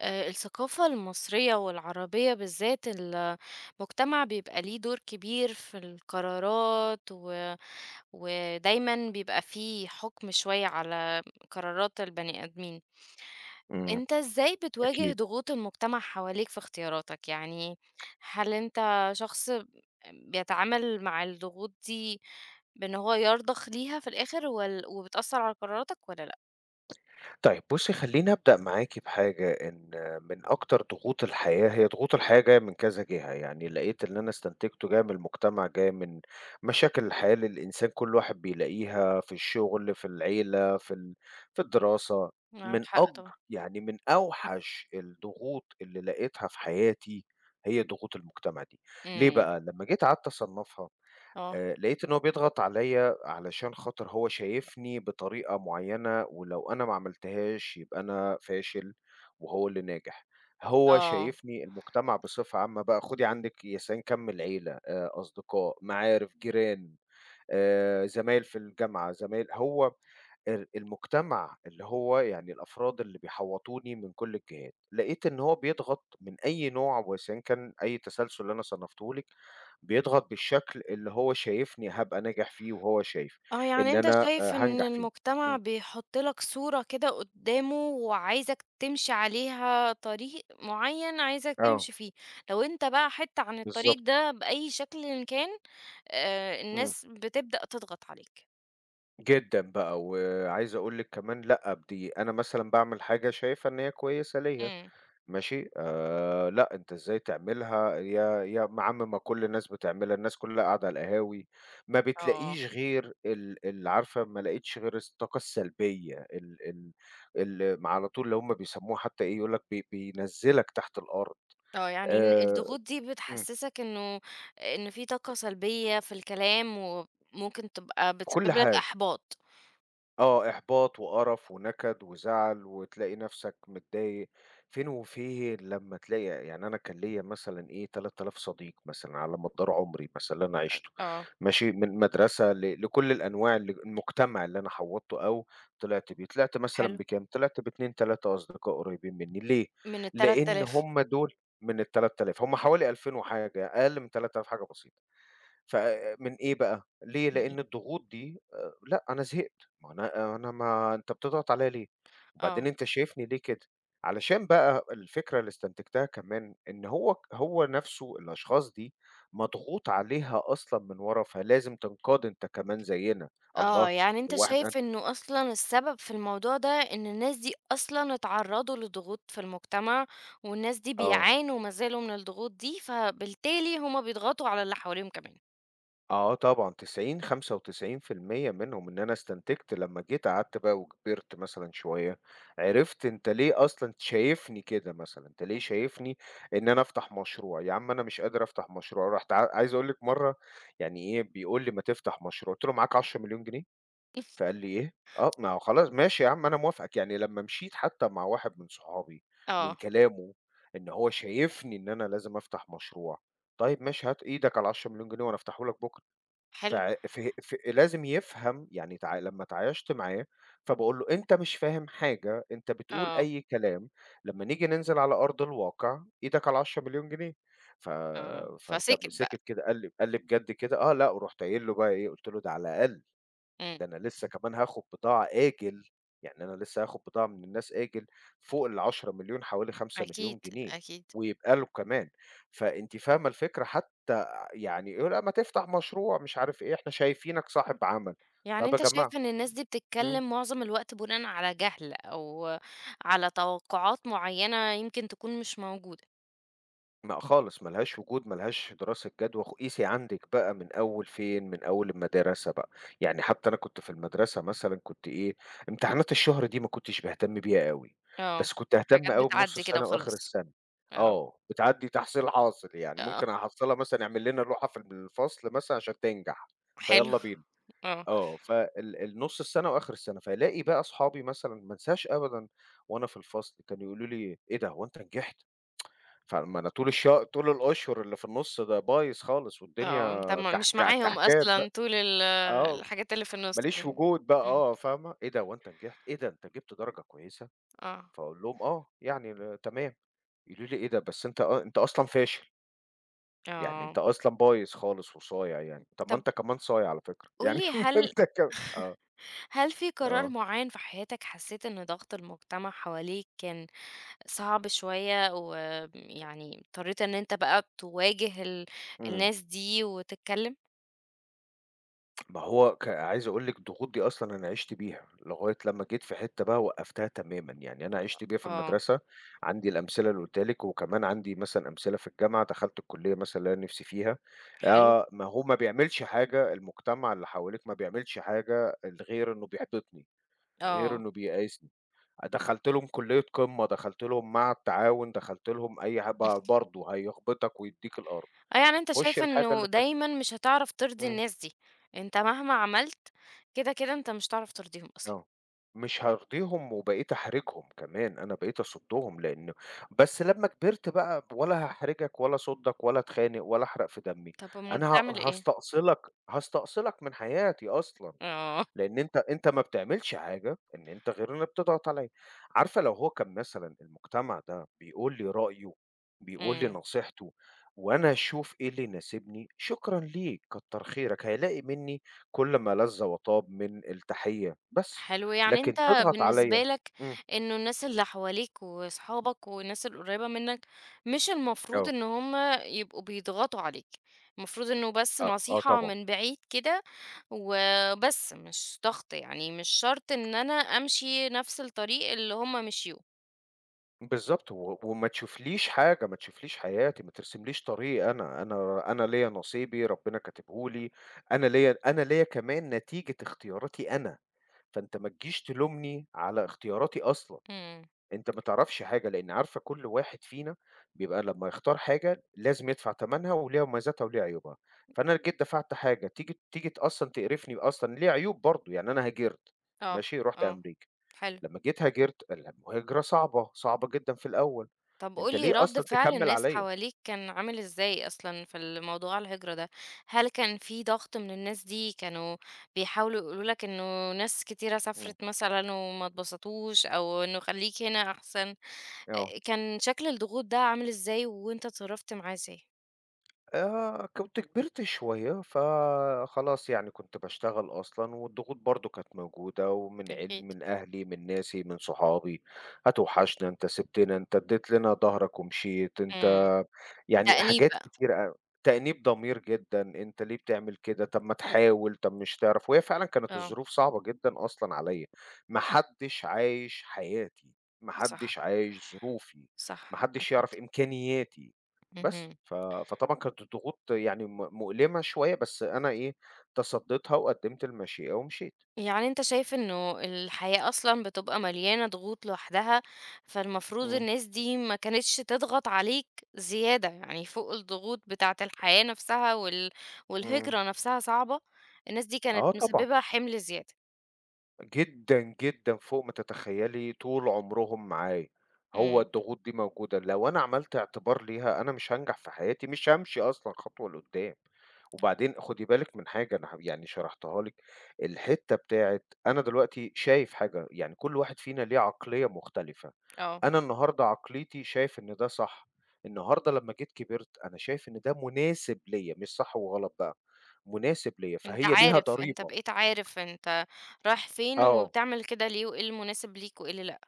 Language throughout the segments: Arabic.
آه، الثقافة المصرية والعربية بالذات المجتمع بيبقى ليه دور كبير في القرارات ودايما بيبقى فيه حكم شوية على قرارات البني آدمين. إمم، انت ازاي بتواجه أكيد. ضغوط المجتمع حواليك في اختياراتك يعني؟ هل انت شخص بيتعامل مع الضغوط دي بان هو يرضخ ليها في الاخر وبتأثر على قراراتك ولا لا؟ طيب بُصّي خلّيني أبدأ معاكِ بحاجة، إن من أكتر ضغوط الحياة هي ضغوط الحياة جاية من كذا جهة، يعني لقيت اللي أنا استنتجته جاي من المجتمع، جاي من مشاكل الحياة اللي الإنسان كل واحد بيلاقيها في الشغل، في العيلة، في الدراسة، من معاك حق أج طبعا. يعني من أوحش الضغوط اللي لقيتها في حياتي، هي ضغوط المجتمع دي. ليه امم. بقى؟ لمّا جيت قعدت أصنّفها، اه. لقيت إن هو بيضغط عليَّ علشان خاطر هو شايفني بطريقة معيّنة، ولو أنا ما عملتهاش يبقى أنا فاشل وهو اللي ناجح. هو اه. شايفني المجتمع بصفة عامة بقى خُدي عندِك يسعين كَم العيلة، أصدقاء، معارف، جيران، زمايل في الجامعة، زمايل هو ال المجتمع اللي هو يعني الأفراد اللي بيحوطوني من كل الجهات. لقيت إن هو بيضغط من أي نوع وإذا كان أي تسلسل اللي أنا صنفته لِك بيضغط بالشكل اللي هو شايفني هابقى ناجح فيه وهو شايف آه، يعني إن أنت أنا شايف إن هانجح فيه. المجتمع إمم. بيحط لك صورة كده قدامه وعايزك تمشي عليها طريق معين عايزك آه، تمشي فيه، لو أنت بقى حِتّة عن الطريق بالضبط. ده بأي شكلٍ إن كان. إمم. الناس بتبدأ تضغط عليك. جدًا بقى، وعايز أقول لِك كمان لأ، دي أنا مثلًا باعمل حاجة شايفها إن هي كويسة ليّا إمم. ماشي، لأ، أنت إزاي تعملها، يا عم ما كل الناس بتعملها، الناس كلها قاعدة على القهاوي، ما آه. بتلاقيش غير ال ال عارفة ما لقيتش غير الطاقة السلبية ال ال ال م على طول اللي هم بيسموها حتى إيه، يقول لك بينزّلك تحت الأرض. آه، يعني إن آآ، الضغوط دي إمم. بتحسسك إنه إن في طاقة سلبية في الكلام وممكن تبقى في كل بتسبب لك حاجة، إحباط. آه، إحباط وقرف ونكد وزعل وتلاقي نفْسك متضايق فين وفين لمّا تلاقي يعني أنا كان ليّا مثلًا إيه 3000 صديق مثلًا على مدار عمري مثلًا اللي أنا عِشته، آه، ماشي، من مدرسة لكل الأنواع المجتمع اللي أنا حوّضته أو طلعت بيه، طلعت مثلًا حلو. بكام؟ طلعت ب2، 3 أصدقاء قريبين منّي ليه؟ من لإن ال3000 هم دول من ال3000 هم حوالي 2000 وحاجة، أقل من 3000 حاجة بسيطة. فمن إيه بقى، ليه؟ جنيه. لإن الضغوط دي لأ، أنا زهقت، ما أنا أنا ما أنت بتضغط عليّا ليه؟ آه. وبعدين أنت شايفني ليه كده؟ علشان بقى الفكرة اللي استنتجتها كمان إن هو هو نَفْسه الأشخاص دي مضغوط عليها أصلًا من ورا، فلازم تنقاد أنت كمان زيّنا، آه، الله! يعني أنت هو إحنا شايف إنه أصلًا السبب في الموضوع ده إن الناس دي أصلًا اتعرّضوا لضغوط في المجتمع، والناس دي آه. بيعانوا ما زالوا من الضغوط دي، فبالتالي هم بيضغطوا على اللي حواليهم كمان. آه طبعًا 90، 95% منهم، إن أنا استنتجت لمّا جيت قعدت بقى وكبرت مثلًا شوية، عرفت أنت ليه أصلًا شايفني كده مثلًا، أنت ليه شايفني إن أنا أفتح مشروع، يا عم أنا مش قادر أفتح مشروع، رُحت عايز أقول لِك مرّة يعني إيه بيقول لي: "ما تفتح مشروع." قُلت له: "معاك 10.000.000 جنيه؟" فقال لي: "إيه؟" آه، ما هو خلاص ماشي يا عم أنا موافقك، يعني لمّا مشيت حتى مع واحد من صحابي، من آه، كلامه إن هو شايفني إن أنا لازم أفتح مشروع، طيب ماشي هات إيدك على ال10.000.000 جنيه وأنا أفتحه لك بُكرة. ف حلو. ف ف لازم يفهم يعني لمّا اتعايشت معاه، فباقول له: "أنت مش فاهم حاجة، أنت بتقول آه. أي كلام، لمّا نيجي ننزل على أرض الواقع إيدك على ال10.000.000 جنيه." ف آه، فسِكِت فطب بقى. سِكِت كده، قال لي: "بجد كده؟" "آه، لأ." ورُحت قايل له بقى إيه، قُلت له: "ده على الأقل." إمم. ده أنا لسه كمان هاخد بضاعة آجل، يعني أنا لسه هاخد بضاعة من الناس آجل فوق ال10.000.000 حوالي أكيد، 5.000.000 جنيه أكيد. ويبقى له كمان، فأنتِ فاهمة الفكرة حتى يعني يقول لأ ما تفتح مشروع مش عارف إيه، إحنا شايفينك صاحب عمل، يعني طَب يا أنت شايف جماعة إن الناس دي إمم. بتتكلّم معظم الوقت بناءً على جهل أو على توقعات معيّنة يمكن تكون مش موجودة. لأ خالص، ما لهاش وجود، ما لهاش دراسة جدوى، قيسي عندِك بقى من أول فين، من أول المدرسة بقى، يعني حتى أنا كنت في المدرسة مثلًا كنت إيه، امتحانات الشهر دي ما كنتش باهتم بيها أوي، آه، بس كنت أهتم حاجات أوي بنُص بتعدّي كده السنة وآخر وخلاص. السنة، آه. آه، بتعدّي تحصيل حاصل يعني، آه، ممكن أحصّلها مثلًا اعمل لنا لوحة في الفصل مثلًا عشان تنجح، حلو. فيالّا بينا، آه. آه، فال النُص السنة وآخر السنة، فالاقي بقى أصحابي مثلًا ما انساش أبدًا وأنا في الفصل كانوا يقولوا لي: "إيه ده هو أنت نجحت؟" فما أنا طول الشهر طول الأشهر اللي في النُص ده بايظ خالص والدنيا آه، أنت م كح مش كح معاهم كحكات أصلًا بقى، طول ال آه، الحاجات اللي في النُص ما دي. ليش وجود بقى إمم. آه، فاهمة، إيه ده هو أنت نجحت؟ إيه ده أنت جِبت درجة كويسة؟ آه. فاقول لهم آه، يعني تمام، يقولوا لي إيه ده بس أنت أنت أصلًا فاشل، يعني آه، أنت أصلًا بايظ خالص وصايع يعني، طَب ما طَب أنت كمان صايع على فكرة، قُل يعني لي ما هل أنت آه، هل في قرار آه، معيّن في حياتك حسّيت إن ضغط المجتمع حواليك كان صعب شوية، ويعني اضطريت إن أنت بقى تواجه ال إمم. الناس دي وتتكلّم؟ ما هو عايز أقول لِك الضغوط دي أصلًا أنا عِشت بيها، لغاية لمّا جيت في حتّة بقى وقّفتها تمامًا، يعني أنا عِشت بيها في آه، المدرسة، عندي الأمثلة اللي قُلتها لِك، وكمان عندي مثلًا أمثلة في الجامعة، دخلت الكلية مثلًا اللي أنا نِفْسي فيها، حلو. ما هو ما بيعملش حاجة المجتمع اللي حواليك ما بيعملش حاجة غير إنه بيحبطني، غير آه. إنه بييأسني، دخلت لهم كلية قمة، دخلت لهم معهد تعاون، دخلت لهم أي ح ب برضه هيحبطك ويدّيك الأرض، آه، يعني أنت خُش شايف الحاجة إنه اللي دايمًا مش هتعرف ترضي إمم. الناس دي، أنت مهما عملت كده أنت مش هتعرف ترضيهم أصلًا. آه. مش هارضيهم وبقيت أحرجهم كمان، أنا بقيت أصُدّهم لإن بس لمّا كبرت بقى ولا هاحرجك ولا أصُدّك ولا أتخانق ولا أحرق في دمي، طَب أُمّال أنا بتعمل إيه؟ هاستأصلك من حياتي أصلًا. آه. لإن أنت ما بتعملش حاجة إن أنت غير إنك بتضغط عليَّ. عارفة لو هو كان مثلًا المجتمع ده بيقول لي رأيه، بيقول لي إمم. نصيحته، وأنا أشوف إيه اللي يناسبني، شكرًا ليك، كتّر خيرك، هيلاقي منّي كل ما لَذ وطاب من التحية بس، حلو، يعني لكن أنت تضغط بالنسبة عليَّ لك إمم، إنه الناس اللي حواليك وأصحابك والناس القريبة منك، مش المفروض آه، إن هُم يبقوا بيضغطوا عليك، المفروض إنه بس آه، آه نصيحة طبعًا. من بعيد كده وبس، مش ضغط يعني، مش شرط إن أنا أمشي نفس الطريق اللي هُم مشيوه. بالضبط، و وما تشوفليش حاجة، ما تشوفليش حياتي، ما ترسمليش طريقي أنا، أنا ليّا نصيبي ربنا كاتبه لي، أنا ليّا أنا ليّا كمان نتيجة اختياراتي أنا، فأنت ما تجيش تلومني على اختياراتي أصلًا، إمم. أنت ما تعرفش حاجة، لإن عارفة كل واحد فينا بيبقى لمّا يختار حاجة لازم يدفع تمنها وليها مميزاتها وليها عيوبها، فأنا جيت دفعت حاجة تيجي أصلًا تقرفني أصلًا ليها عيوب برضه، يعني أنا هاجرت آه. ماشي، رُحت آه، أمريكا. حلو. لمّا جيت هاجرت المهاجرة صعبة، صعبة جدًا في الأول، طب قُل أنت لي ليه رد أصلًا فعل تكمّل الناس عليَّ؟ حواليك كان عامل إزاي أصلًا في الموضوع الهجرة ده؟ هل كان في ضغط من الناس دي كانوا بيحاولوا يقولوا لك إنه ناس كتيرة إمم، سافرت مثلًا وما اتبسطوش أو إنه خلّيك هنا أحسن؟ آه. كان شكل الضغوط ده عامل إزاي وأنت اتصرّفت معاه إزاي؟ كنت كبرت شوية، فخلاص يعني كنت باشتغل أصلًا، والضغوط برضه كانت موجودة، ومن أكيد. من أهلي، من ناسي، من صحابي، هتوحشنا، أنت سِبتنا، أنت اديت لنا ضهرك ومشيت، أنت إمم. يعني تأنيب حاجات بقى. كتير أوي، تأنيب ضمير جدًا، أنت ليه بتعمل كده؟ طب ما تحاول، طب مش تعرف، وهي فعلًا كانت آه. الظروف صعبة جدًا أصلًا عليَّ، ما حدش عايش حياتي، ما صح، حدش عايش ظروفي، صح، ما حدش أكيد. يعرف إمكانياتي. بس، اهم. فطبعًا كانت الضغوط يعني مؤلمة شوية، بس أنا إيه، تصديتها وقدّمت المشيئة ومشيت. يعني أنت شايف إنه الحياة أصلًا بتبقى مليانة ضغوط لوحدها، فالمفروض إمم، الناس دي ما كانتش تضغط عليك زيادة، يعني فوق الضغوط بتاعة الحياة نفسها وال إمم. والهجرة نفسها صعبة، الناس دي كانت آه طبعًا. مسببة حمل زيادة. جدًا، جدًا، فوق ما تتخيّلي طول عمرهم معايا، هو إمم. الضغوط دي موجودة، لو أنا عملت اعتبار ليها أنا مش هانجح في حياتي، مش هامشي أصلًا خطوة لقدّام، وبعدين خدي بالِك من حاجة أنا يعني شرحتها لِك، الحتّة بتاعة أنا دلوقتي شايف حاجة، يعني كل واحد فينا ليه عقلية مختلفة، آه. أنا النهارده عقليتي شايف إن ده صح، النهارده لمّا جيت كبرت أنا شايف إن ده مناسب ليّا، مش صح وغلط بقى، مناسب ليّا، أنت فهي ليها عارف، أنت ضريبة. بقيت عارف أنت رايح فين آه. وبتعمل كده ليه وإيه المناسب ليك وإيه اللي لأ.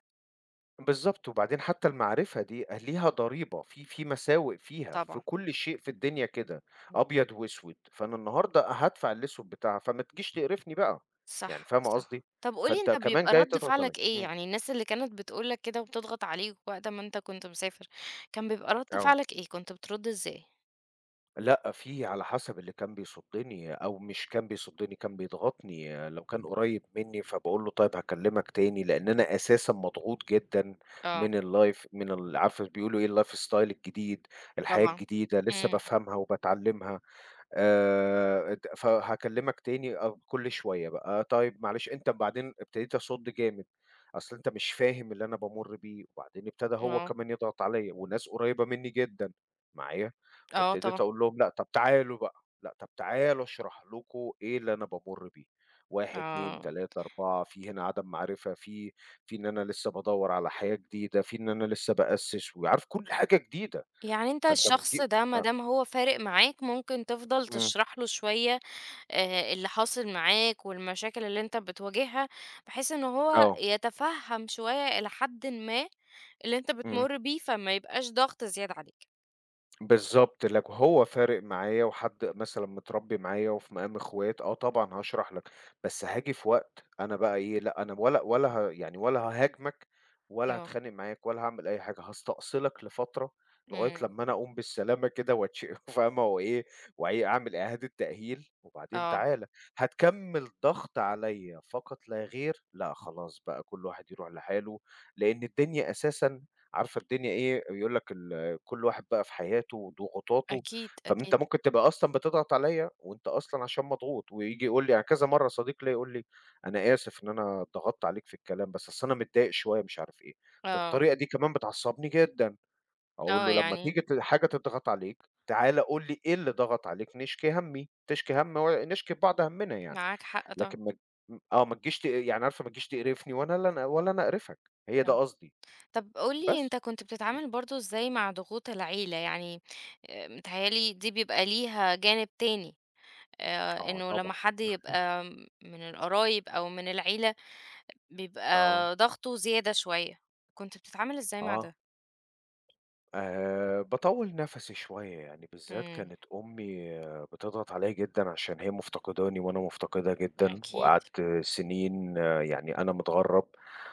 بالضبط، وبعدين حتى المعرفة دي أه ليها ضريبة، في مساوئ فيها، في طبعًا. كل شيء في الدنيا كده، أبيض وأسود، فأنا النهارده هادفع الأسود بتاعها، فما تجيش تقرفني بقى، يعني صح، فاهمة صح. قصدي؟ طب قُل لي فأنت أنت كمان بيبقى جاي رَد تضغط عليَّ، فعلك إيه؟ إمم، يعني الناس اللي كانت بتقول لك كده وبتضغط عليك وقت ما أنت كنت مسافر، كان بيبقى رَد آه، فعلك إيه؟ كنت بترُد إزاي؟ لأ في على حسب اللي كان بيصُدّني أو مش كان بيصُدّني كان بيضغطني، لو كان قريب مني فباقول له طيب هاكلمك تاني، لأن أنا أساسًا مضغوط جدًا آه، من عارفة بيقولوا إيه الlife style الجديد، الحياة طبعًا. الجديدة لسه إمم. بافهمها وباتعلمها. ت فهاكلمك تاني كل شوية بقى، آه، طيب معلش أنت بعدين ابتديت أصُد جامد، أصل أنت مش فاهم اللي أنا بامُر بيه، وبعدين ابتدى هو آه. كمان يضغط عليَّ وناس قريبة مني جدًا معايا، آه طبعًا. فابتديت أقول لهم لأ، طب تعالوا بقى، لأ طب تعالوا أشرح لكم إيه اللي أنا بامُر بيه، 1، 2، آه. 3، 4 في هنا عدم معرفة، في إن أنا لسه بادوّر على حياة جديدة، في إن أنا لسه بأسِّس وعارف كل حاجة جديدة، يعني أنت فأنت الشخص بتجيب ده ما أ دام هو فارق معاك، ممكن تفضل إمم، تشرح له شوية اللي حاصل معاك والمشاكل اللي أنت بتواجهها، بحيث إن هو آه، يتفهم شوية إلى حدٍ ما اللي أنت إمم. بتمُر بيه، فما يبقاش ضغط زيادة عليك. بالضبط، لو هو فارق معايا وحد مثلًا متربّي معايا وفي مقام إخوات، آه طبعًا هاشرح لك، بس هاجي في وقت أنا بقى إيه، لأ أنا ولا ولا ه يعني ولا هاهاجمك ولا آه. هاتخانق معاك ولا هاعمل أي حاجة، هاستأصلك لفترة لغاية إمم. لمّا أنا أقوم بالسلامة كده واتش فاهمة وإيه، وإيه أعمل إعادة تأهيل وبعدين آه، تعالَ، هتكمّل ضغط عليّا فقط لا غير، لأ خلاص بقى كل واحد يروح لحاله، لإن الدنيا أساسًا عارفة الدنيا إيه، بيقول لك ال كل واحد بقى في حياته وضغوطاته، أكيد، فأنت أكيد. ممكن تبقى أصلًا بتضغط عليّا وأنت أصلًا عشان مضغوط، وييجي يقول لي يعني كذا مرّة صديق ليّا يقول لي: "أنا آسف إن أنا ضغطت عليك في الكلام، بس أصل أنا متضايق شوية." مش عارف إيه، آه. فالطريقة دي كمان بتعصّبني جدًا، أقول آه، له: "لمّا يعني تيجي حاجة تضغط عليك، تعالَ قُل لي إيه اللي ضغط عليك نشكي هَمّي، تشكي هَم و نشكي لبعض هَمّنا يعني، معاك حق طبعًا. لكن ما ت" آه، ما تجيش يعني عارفة ما تجيش تقرفني وأنا لا أنا ولا أنا أقرفك، هي ده آه. قصدي، طب قُل لي بس. أنت كنت إمم. بتتعامل برضه إزاي مع ضغوط العيلة؟ يعني متهيأ لي دي بيبقى ليها جانب تاني، آه إنه لمّا طبعًا، حد يبقى من القرايب أو من العيلة آه، بيبقى ضغطه زيادة شوية، كنت بتتعامل إزاي مع آه. ده؟ باطوّل نَفَسي شوية، يعني بالذات إمم. كانت أمي آه، بتضغط عليّا جدًا عشان هي مفتقداني وأنا مفتقدها جدًا، أكيد. وقعدت سنين آه، يعني أنا متغرّب،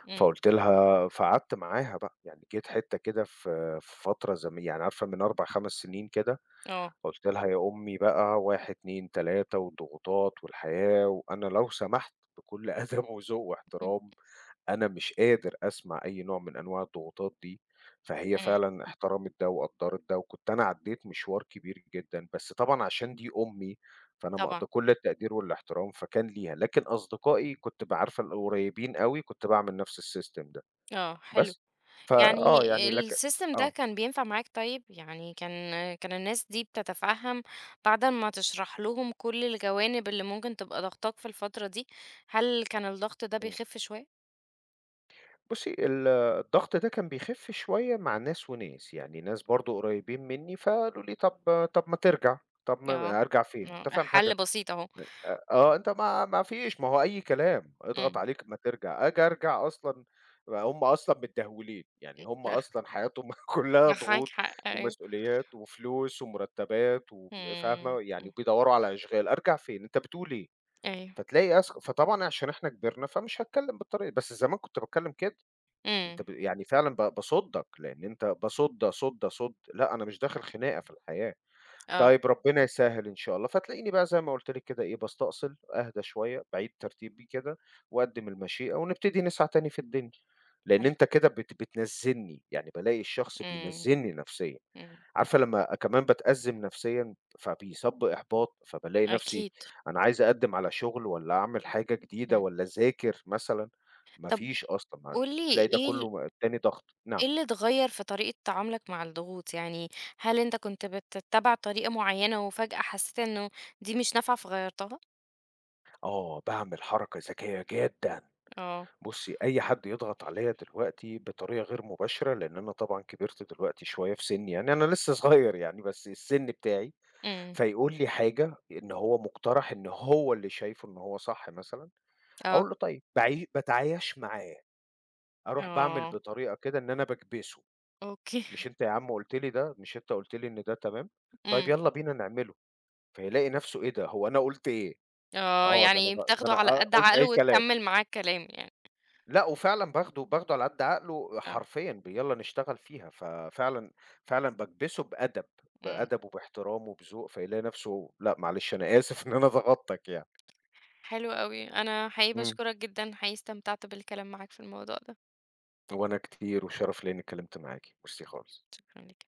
إمم. فقُلت لها فقعدت معاها بقى، يعني جيت حتّة كده في فترة يعني عارفة من 4، 5 سنين كده، آه. فقُلت لها يا أمي بقى 1، 2، 3 والضغوطات والحياة، وأنا لو سمحت بكل أدب وذوق إمم. واحترام أنا مش قادر أسمع أي نوع من أنواع الضغوطات دي، فهي إمم. فعلًا احترمت ده وقدّرت ده، وكنت أنا عدّيت مشوار كبير جدًا، بس طبعًا عشان دي أمي، فأنا طبعًا. مقضّي كل التقدير والاحترام، فكان ليها، لكن أصدقائي كنت عارفة القريبين أوي كنت باعمل نفس السيستم ده، آه، حلو. بس. يعني فآه يعني لك الsystem ده آه، كان بينفع معاك طيب؟ يعني كان الناس دي بتتفهم بعد ما تشرح لهم كل الجوانب اللي ممكن تبقى ضاغطاك في الفترة دي، هل كان الضغط ده إمم. بيخف شوية؟ بُصّي الضغط ده كان بيخف شوية مع ناس وناس، يعني ناس برضه قريبين منّي فقالوا لي: طَب ما ترجع، طَب آه. ما أرجع فين؟" آه، أنت فاهم حل حاجة؟ بسيط أهو. آه، أنت ما ما فيش ما هو أي كلام، اضغط إمم. عليك أمّا ترجع، آجي أرجع أصلًا هُم أصلًا متدهولين، يعني هُم أصلًا حياتهم كلّها معاك ضغوط حق، أيوه. ومسؤوليات وفلوس ومرتبات إمم. فاهمة، يعني إمم. بيدوّروا على أشغال، أرجع فين، أنت بتقول إيه؟ أيوه. فتلاقي أس فطبعًا عشان إحنا كبرنا فمش هاتكلم بالطريقة دي، بس زمان كنت باتكلم كده، أنت إمم. يعني فعلًا باصُدّك، لإن أنت باصُد، أصُد، أصُد، لأ أنا مش داخل خناقة في الحياة. آه، طيب ربنا يسهّل إن شاء الله، فتلاقيني بقى زي ما قُلت لِك كده إيه، باستأصل، أهدى شوية، باعيد ترتيبي كده وأقدّم المشيئة ونبتدي نسعى تاني في الدنيا، لإن حلو. أنت كده بتنزّلني، يعني بالاقي الشخص إمم. بينزّلني نفسيًا، إمم. عارفة لمّا كمان باتأزّم نفسيًا فبيصاب بإحباط، فبالاقي نفسي أكيد. أنا عايز أقدّم على شغل والّا أعمل حاجة جديدة إمم. والّا أذاكر مثلًا، ما طب فيش أصلًا، قُل لي تلاقي ده إيه ال كلّه ادّاني ضغط، نعم، إيه اللي اتغيّر في طريقة تعاملك مع الضغوط؟ يعني هل أنت كنت بتتّبع طريقة معيّنة وفجأة حسّيت إنه دي مش نافعة فغيّرتها؟ آه، باعمل حركة ذكية جدًا. آه. بُصّي، أي حد يضغط عليّا دلوقتي بطريقة غير مباشرة، لإن أنا طبعًا كبرت دلوقتي شوية في سِنّي يعني، أنا لسه صغير يعني بس السِن بتاعي، إمم. فيقول لي حاجة إن هو مقترح إن هو اللي شايفه إن هو صح مثلًا، آه. أقول له طيب باعي باتعايش معاه، أروح باعمل آه، بطريقة كده إن أنا باكبسه، أوكي. مش أنت يا عم قُلت لي ده، مش أنت قُلت لي إن ده تمام، طيب إمم. يالّا بينا نعمله، فيلاقي نفسه إيه ده، هو أنا قُلت إيه، آه، آه ده أنا ب يعني ده بتاخده أنا على آه قد قُلت أي عقله كلام. وتكمّل معاه الكلام يعني. لأ، وفعلًا باخده على قد عقله آه. حرفيًا يالّا نشتغل فيها، ففعلًا باكبسه بأدب، إمم. بأدب وباحترام وبذوق، فيلاقي نفسه لأ معلش أنا آسف إن أنا ضغطتك يعني. حلو أوي، أنا حقيقي إمم. باشكرك جدًا، حقيقي استمتعت بالكلام معاك في الموضوع ده، وأنا كتير وشرف ليّا إني اتكلمت معاكِ، ميرسي خالص. شكرًا ليك.